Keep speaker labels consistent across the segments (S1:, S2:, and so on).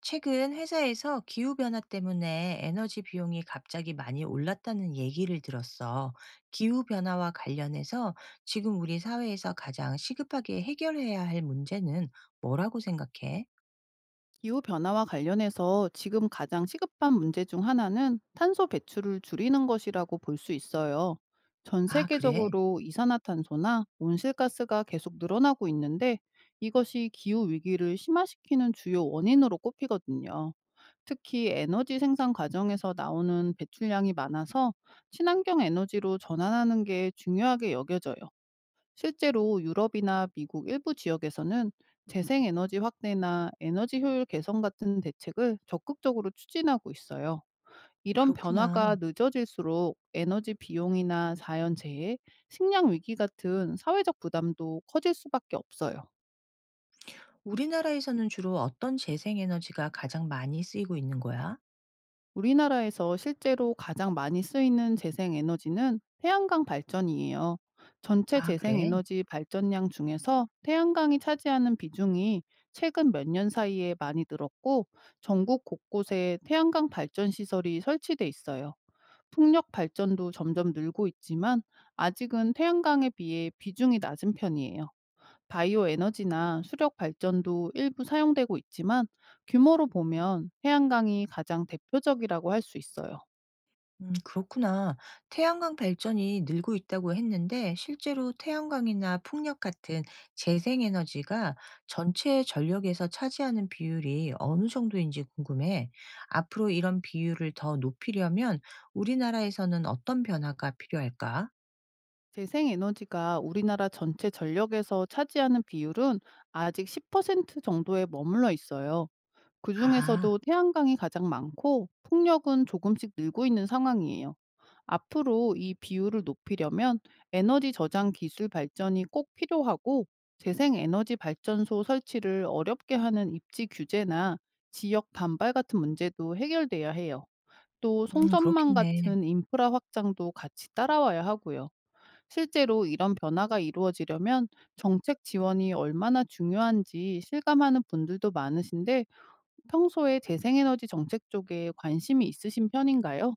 S1: 최근 회사에서 기후변화 때문에 에너지 비용이 갑자기 많이 올랐다는 얘기를 들었어. 기후변화와 관련해서 지금 우리 사회에서 가장 시급하게 해결해야 할 문제는 뭐라고 생각해?
S2: 기후 변화와 관련해서 지금 가장 시급한 문제 중 하나는 탄소 배출을 줄이는 것이라고 볼 수 있어요. 전
S1: 아, 그래.
S2: 세계적으로 이산화탄소나 온실가스가 계속 늘어나고 있는데 이것이 기후 위기를 심화시키는 주요 원인으로 꼽히거든요. 특히 에너지 생산 과정에서 나오는 배출량이 많아서 친환경 에너지로 전환하는 게 중요하게 여겨져요. 실제로 유럽이나 미국 일부 지역에서는 재생에너지 확대나 에너지 효율 개선 같은 대책을 적극적으로 추진하고 있어요. 이런
S1: 그렇구나.
S2: 변화가 늦어질수록 에너지 비용이나 자연재해, 식량 위기 같은 사회적 부담도 커질 수밖에 없어요.
S1: 우리나라에서는 주로 어떤 재생에너지가 가장 많이 쓰이고 있는 거야?
S2: 우리나라에서 실제로 가장 많이 쓰이는 재생에너지는 태양광 발전이에요. 전체
S1: 아, 그래.
S2: 재생에너지 발전량 중에서 태양광이 차지하는 비중이 최근 몇 년 사이에 많이 늘었고 전국 곳곳에 태양광 발전 시설이 설치돼 있어요. 풍력 발전도 점점 늘고 있지만 아직은 태양광에 비해 비중이 낮은 편이에요. 바이오 에너지나 수력 발전도 일부 사용되고 있지만 규모로 보면 해안강이 가장 대표적이라고 할 수 있어요.
S1: 그렇구나. 태양광 발전이 늘고 있다고 했는데, 실제로 태양광이나 풍력 같은 재생에너지가 전체 전력에서 차지하는 비율이 어느 정도인지 궁금해. 앞으로 이런 비율을 더 높이려면 우리나라에서는 어떤 변화가 필요할까?
S2: 재생 에너지가 우리나라 전체 전력에서 차지하는 비율은 아직 10% 정도에 머물러 있어요. 그
S1: 아,
S2: 중에서도 태양광이 가장 많고 풍력은 조금씩 늘고 있는 상황이에요. 앞으로 이 비율을 높이려면 에너지 저장 기술 발전이 꼭 필요하고 재생 에너지 발전소 설치를 어렵게 하는 입지 규제나 지역 반발 같은 문제도 해결돼야 해요. 또 송전망
S1: 그렇겠네.
S2: 같은 인프라 확장도 같이 따라와야 하고요. 실제로 이런 변화가 이루어지려면 정책 지원이 얼마나 중요한지 실감하는 분들도 많으신데, 평소에 재생에너지 정책 쪽에 관심이 있으신 편인가요?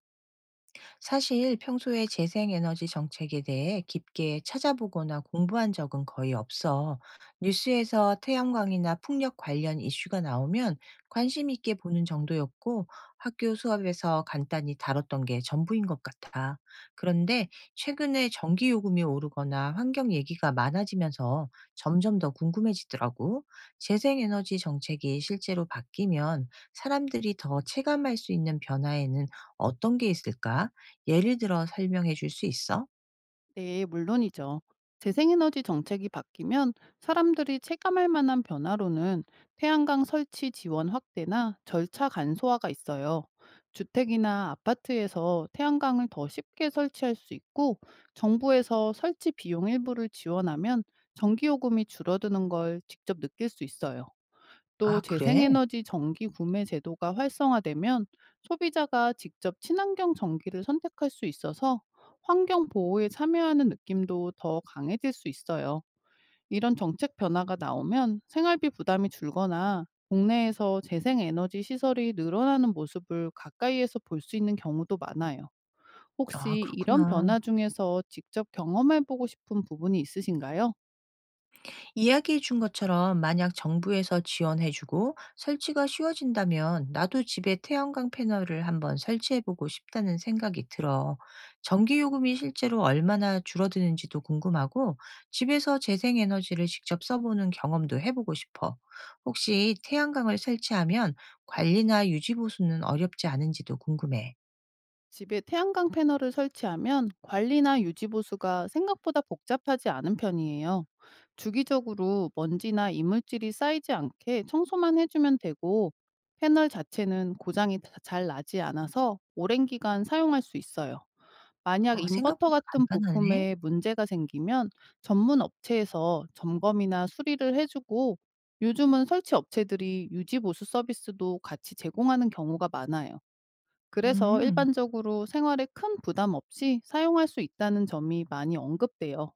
S1: 사실 평소에 재생에너지 정책에 대해 깊게 찾아보거나 공부한 적은 거의 없어. 뉴스에서 태양광이나 풍력 관련 이슈가 나오면 관심 있게 보는 정도였고 학교 수업에서 간단히 다뤘던 게 전부인 것 같아. 그런데 최근에 전기 요금이 오르거나 환경 얘기가 많아지면서 점점 더 궁금해지더라고. 재생에너지 정책이 실제로 바뀌면 사람들이 더 체감할 수 있는 변화에는 어떤 게 있을까? 예를 들어 설명해 줄 수 있어?
S2: 네, 물론이죠. 재생에너지 정책이 바뀌면 사람들이 체감할 만한 변화로는 태양광 설치 지원 확대나 절차 간소화가 있어요. 주택이나 아파트에서 태양광을 더 쉽게 설치할 수 있고, 정부에서 설치 비용 일부를 지원하면 전기요금이 줄어드는 걸 직접 느낄 수 있어요. 또
S1: 아, 그래?
S2: 재생에너지 전기 구매 제도가 활성화되면 소비자가 직접 친환경 전기를 선택할 수 있어서 환경 보호에 참여하는 느낌도 더 강해질 수 있어요. 이런 정책 변화가 나오면 생활비 부담이 줄거나 국내에서 재생에너지 시설이 늘어나는 모습을 가까이에서 볼 수 있는 경우도 많아요.
S1: 아,
S2: 혹시 이런
S1: 그렇구나.
S2: 변화 중에서 직접 경험해보고 싶은 부분이 있으신가요?
S1: 이야기해 준 것처럼 만약 정부에서 지원해 주고 설치가 쉬워진다면 나도 집에 태양광 패널을 한번 설치해 보고 싶다는 생각이 들어. 전기 요금이 실제로 얼마나 줄어드는지도 궁금하고 집에서 재생 에너지를 직접 써보는 경험도 해보고 싶어. 혹시 태양광을 설치하면 관리나 유지 보수는 어렵지 않은지도 궁금해.
S2: 집에 태양광 패널을 설치하면 관리나 유지 보수가 생각보다 복잡하지 않은 편이에요. 주기적으로 먼지나 이물질이 쌓이지 않게 청소만 해주면 되고 패널 자체는 고장이 잘 나지 않아서 오랜 기간 사용할 수 있어요. 만약
S1: 어,
S2: 인버터
S1: 생각보다
S2: 같은
S1: 간단하네.
S2: 부품에 문제가 생기면 전문 업체에서 점검이나 수리를 해주고 요즘은 설치 업체들이 유지 보수 서비스도 같이 제공하는 경우가 많아요. 그래서
S1: 음.
S2: 일반적으로 생활에 큰 부담 없이 사용할 수 있다는 점이 많이 언급돼요.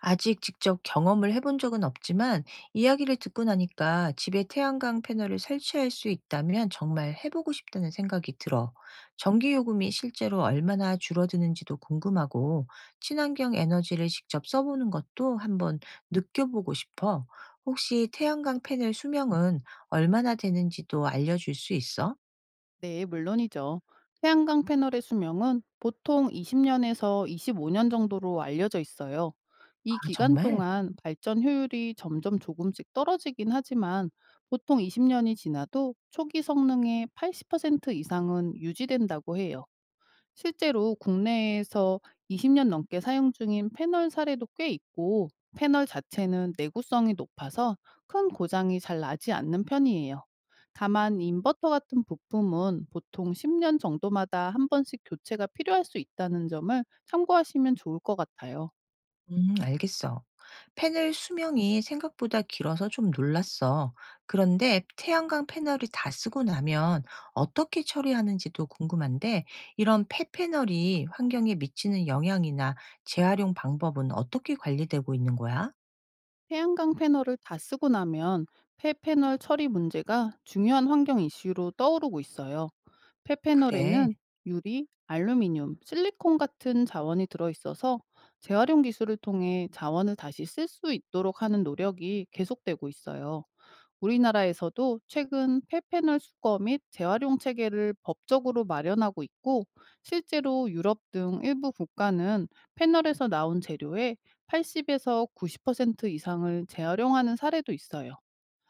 S1: 아직 직접 경험을 해본 적은 없지만 이야기를 듣고 나니까 집에 태양광 패널을 설치할 수 있다면 정말 해 보고 싶다는 생각이 들어. 전기 요금이 실제로 얼마나 줄어드는지도 궁금하고 친환경 에너지를 직접 써 보는 것도 한번 느껴보고 싶어. 혹시 태양광 패널 수명은 얼마나 되는지도 알려 줄 수 있어?
S2: 네, 물론이죠. 태양광 패널의 수명은 보통 20년에서 25년 정도로 알려져 있어요.
S1: 아
S2: 이 기간
S1: 정말?
S2: 동안 발전 효율이 점점 조금씩 떨어지긴 하지만 보통 20년이 지나도 초기 성능의 80% 이상은 유지된다고 해요. 실제로 국내에서 20년 넘게 사용 중인 패널 사례도 꽤 있고, 패널 자체는 내구성이 높아서 큰 고장이 잘 나지 않는 편이에요. 다만 인버터 같은 부품은 보통 10년 정도마다 한 번씩 교체가 필요할 수 있다는 점을 참고하시면 좋을 것 같아요.
S1: 알겠어. 패널 수명이 생각보다 길어서 좀 놀랐어. 그런데 태양광 패널이 다 쓰고 나면 어떻게 처리하는지도 궁금한데, 이런 폐패널이 환경에 미치는 영향이나 재활용 방법은 어떻게 관리되고 있는 거야?
S2: 태양광 패널을 다 쓰고 나면 폐패널 처리 문제가 중요한 환경 이슈로 떠오르고 있어요.
S1: 그래.
S2: 폐패널에는 유리, 알루미늄, 실리콘 같은 자원이 들어있어서 재활용 기술을 통해 자원을 다시 쓸 수 있도록 하는 노력이 계속되고 있어요. 우리나라에서도 최근 폐패널 수거 및 재활용 체계를 법적으로 마련하고 있고 실제로 유럽 등 일부 국가는 패널에서 나온 재료의 80에서 90% 이상을 재활용하는 사례도 있어요.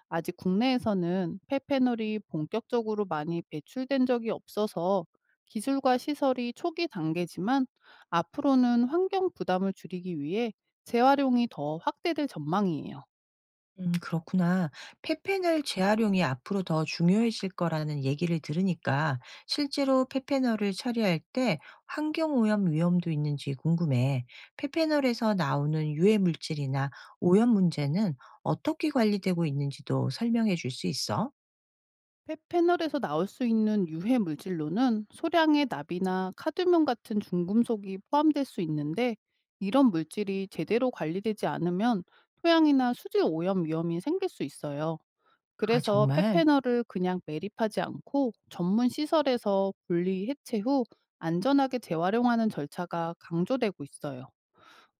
S2: 아직 국내에서는 폐패널이 본격적으로 많이 배출된 적이 없어서 기술과 시설이 초기 단계지만 앞으로는 환경 부담을 줄이기 위해 재활용이 더 확대될 전망이에요.
S1: 그렇구나. 페페널 재활용이 앞으로 더 중요해질 거라는 얘기를 들으니까 실제로 페페널을 처리할 때 환경오염 위험도 있는지 궁금해. 페페널에서 나오는 유해 물질이나 오염 문제는 어떻게 관리되고 있는지도 설명해 줄 수 있어?
S2: 펫 패널에서 나올 수 있는 유해 물질로는 소량의 납이나 카드뮴 같은 중금속이 포함될 수 있는데, 이런 물질이 제대로 관리되지 않으면 토양이나 수질 오염 위험이 생길 수 있어요.
S1: 아,
S2: 그래서 펫
S1: 정말?
S2: 패널을 그냥 매립하지 않고 전문 시설에서 분리 해체 후 안전하게 재활용하는 절차가 강조되고 있어요.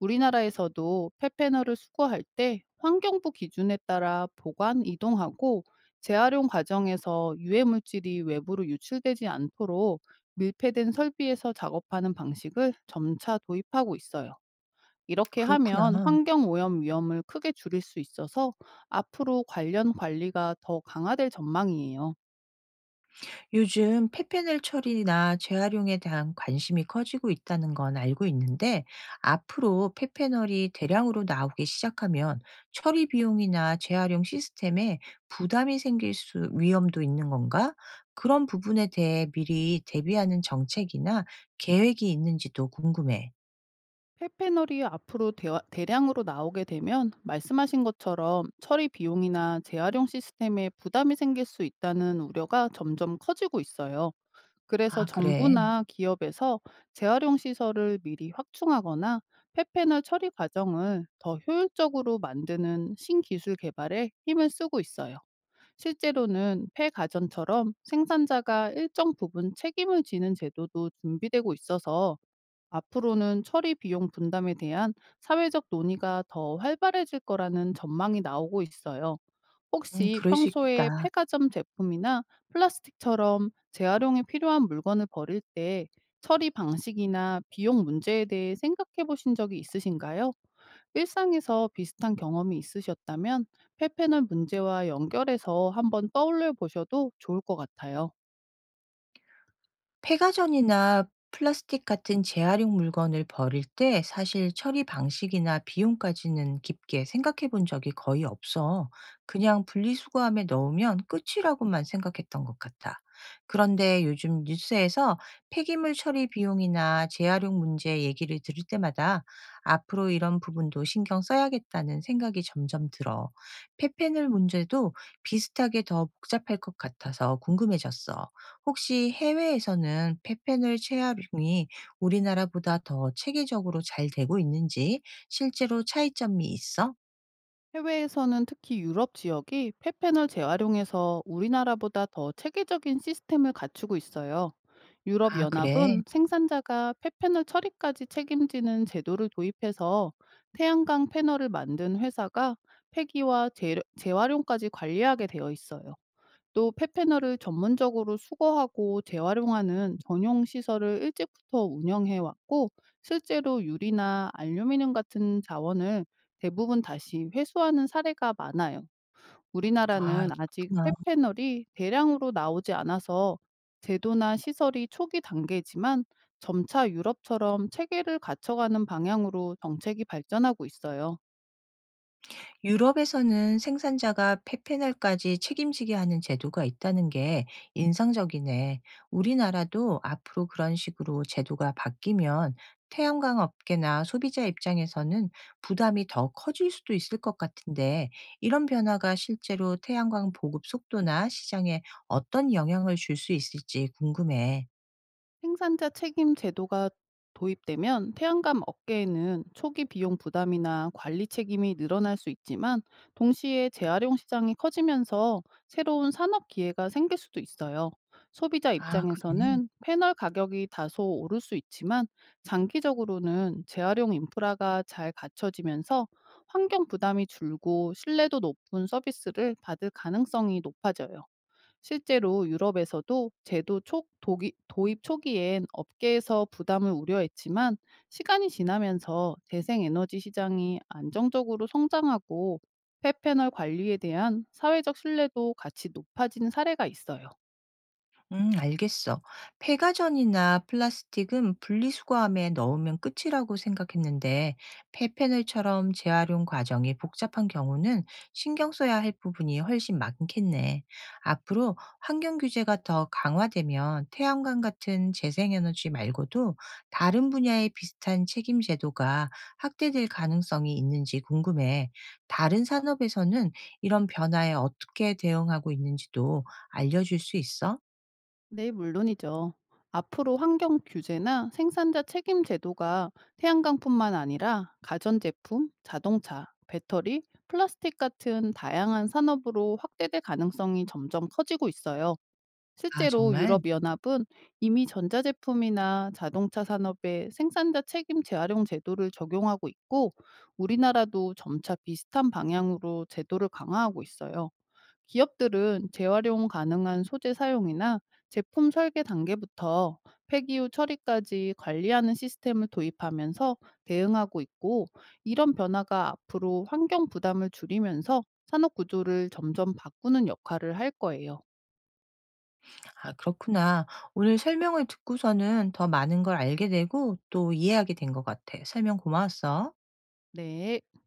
S2: 우리나라에서도 폐패널을 수거할 때 환경부 기준에 따라 보관 이동하고 재활용 과정에서 유해 물질이 외부로 유출되지 않도록 밀폐된 설비에서 작업하는 방식을 점차 도입하고 있어요. 이렇게
S1: 그렇구나.
S2: 하면 환경 오염 위험을 크게 줄일 수 있어서 앞으로 관련 관리가 더 강화될 전망이에요.
S1: 요즘 폐패널 처리나 재활용에 대한 관심이 커지고 있다는 건 알고 있는데, 앞으로 폐패널이 대량으로 나오기 시작하면 처리 비용이나 재활용 시스템에 부담이 생길 수 위험도 있는 건가? 그런 부분에 대해 미리 대비하는 정책이나 계획이 있는지도 궁금해.
S2: 폐페널이 앞으로 대량으로 나오게 되면 말씀하신 것처럼 처리 비용이나 재활용 시스템에 부담이 생길 수 있다는 우려가 점점 커지고 있어요. 그래서
S1: 아, 그래.
S2: 정부나 기업에서 재활용 시설을 미리 확충하거나 폐페널 처리 과정을 더 효율적으로 만드는 신기술 개발에 힘을 쓰고 있어요. 실제로는 폐가전처럼 생산자가 일정 부분 책임을 지는 제도도 준비되고 있어서 앞으로는 처리 비용 분담에 대한 사회적 논의가 더 활발해질 거라는 전망이 나오고 있어요. 혹시
S1: 그럴 수
S2: 평소에
S1: 있겠다.
S2: 폐가점 제품이나 플라스틱처럼 재활용이 필요한 물건을 버릴 때 처리 방식이나 비용 문제에 대해 생각해 보신 적이 있으신가요? 일상에서 비슷한 경험이 있으셨다면 페페널 문제와 연결해서 한번 떠올려 보셔도 좋을 것 같아요.
S1: 폐가전이나 플라스틱 같은 재활용 물건을 버릴 때 사실 처리 방식이나 비용까지는 깊게 생각해 본 적이 거의 없어. 그냥 분리수거함에 넣으면 끝이라고만 생각했던 것 같아. 그런데 요즘 뉴스에서 폐기물 처리 비용이나 재활용 문제 얘기를 들을 때마다 앞으로 이런 부분도 신경 써야겠다는 생각이 점점 들어. 폐패널 문제도 비슷하게 더 복잡할 것 같아서 궁금해졌어. 혹시 해외에서는 폐페널 채활용이 우리나라보다 더 체계적으로 잘 되고 있는지 실제로 차이점이 있어?
S2: 해외에서는 특히 유럽 지역이 폐패널 재활용에서 우리나라보다 더 체계적인 시스템을 갖추고 있어요. 유럽
S1: 아 그래.
S2: 연합은 생산자가 폐패널 처리까지 책임지는 제도를 도입해서 태양광 패널을 만든 회사가 폐기와 재활용까지 관리하게 되어 있어요. 또 펫패널을 전문적으로 수거하고 재활용하는 전용 시설을 일찍부터 운영해 왔고 실제로 유리나 알루미늄 같은 자원을 대부분 다시 회수하는 사례가 많아요.
S1: 아
S2: 우리나라는 아직
S1: 그렇구나.
S2: 펫패널이 대량으로 나오지 않아서 제도나 시설이 초기 단계지만 점차 유럽처럼 체계를 갖춰가는 방향으로 정책이 발전하고 있어요.
S1: 유럽에서는 생산자가 폐패널까지 책임지게 하는 제도가 있다는 게 인상적이네. 우리나라도 앞으로 그런 식으로 제도가 바뀌면 태양광 업계나 소비자 입장에서는 부담이 더 커질 수도 있을 것 같은데 이런 변화가 실제로 태양광 보급 속도나 시장에 어떤 영향을 줄 수 있을지 궁금해.
S2: 생산자 책임 제도가 도입되면 태양감 업계에는 초기 비용 부담이나 관리 책임이 늘어날 수 있지만 동시에 재활용 시장이 커지면서 새로운 산업 기회가 생길 수도 있어요. 소비자
S1: 아, 그래.
S2: 입장에서는 패널 가격이 다소 오를 수 있지만 장기적으로는 재활용 인프라가 잘 갖춰지면서 환경 부담이 줄고 신뢰도 높은 서비스를 받을 가능성이 높아져요. 실제로 유럽에서도 제도 도입 초기엔 업계에서 부담을 우려했지만 시간이 지나면서 재생에너지 시장이 안정적으로 성장하고 폐패널 관리에 대한 사회적 신뢰도 같이 높아진 사례가 있어요.
S1: 알겠어. 폐가전이나 플라스틱은 분리수거함에 넣으면 끝이라고 생각했는데, 폐패널처럼 재활용 과정이 복잡한 경우는 신경 써야 할 부분이 훨씬 많겠네. 앞으로 환경 규제가 더 강화되면 태양광 같은 재생에너지 말고도 다른 분야의 비슷한 책임 제도가 확대될 가능성이 있는지 궁금해. 다른 산업에서는 이런 변화에 어떻게 대응하고 있는지도 알려줄 수 있어?
S2: 네, 물론이죠. 앞으로 환경 규제나 생산자 책임 제도가 태양광뿐만 아니라 가전제품, 자동차, 배터리, 플라스틱 같은 다양한 산업으로 확대될 가능성이 점점 커지고 있어요.
S1: 아
S2: 실제로
S1: 정말?
S2: 유럽연합은 이미 전자제품이나 자동차 산업에 생산자 책임 재활용 제도를 적용하고 있고 우리나라도 점차 비슷한 방향으로 제도를 강화하고 있어요. 기업들은 재활용 가능한 소재 사용이나 제품 설계 단계부터 폐기 후 처리까지 관리하는 시스템을 도입하면서 대응하고 있고 이런 변화가 앞으로 환경 부담을 줄이면서 산업 구조를 점점 바꾸는 역할을 할 거예요.
S1: 아 그렇구나. 오늘 설명을 듣고서는 더 많은 걸 알게 되고 또 이해하게 된 것 같아. 설명 고마웠어.
S2: 네.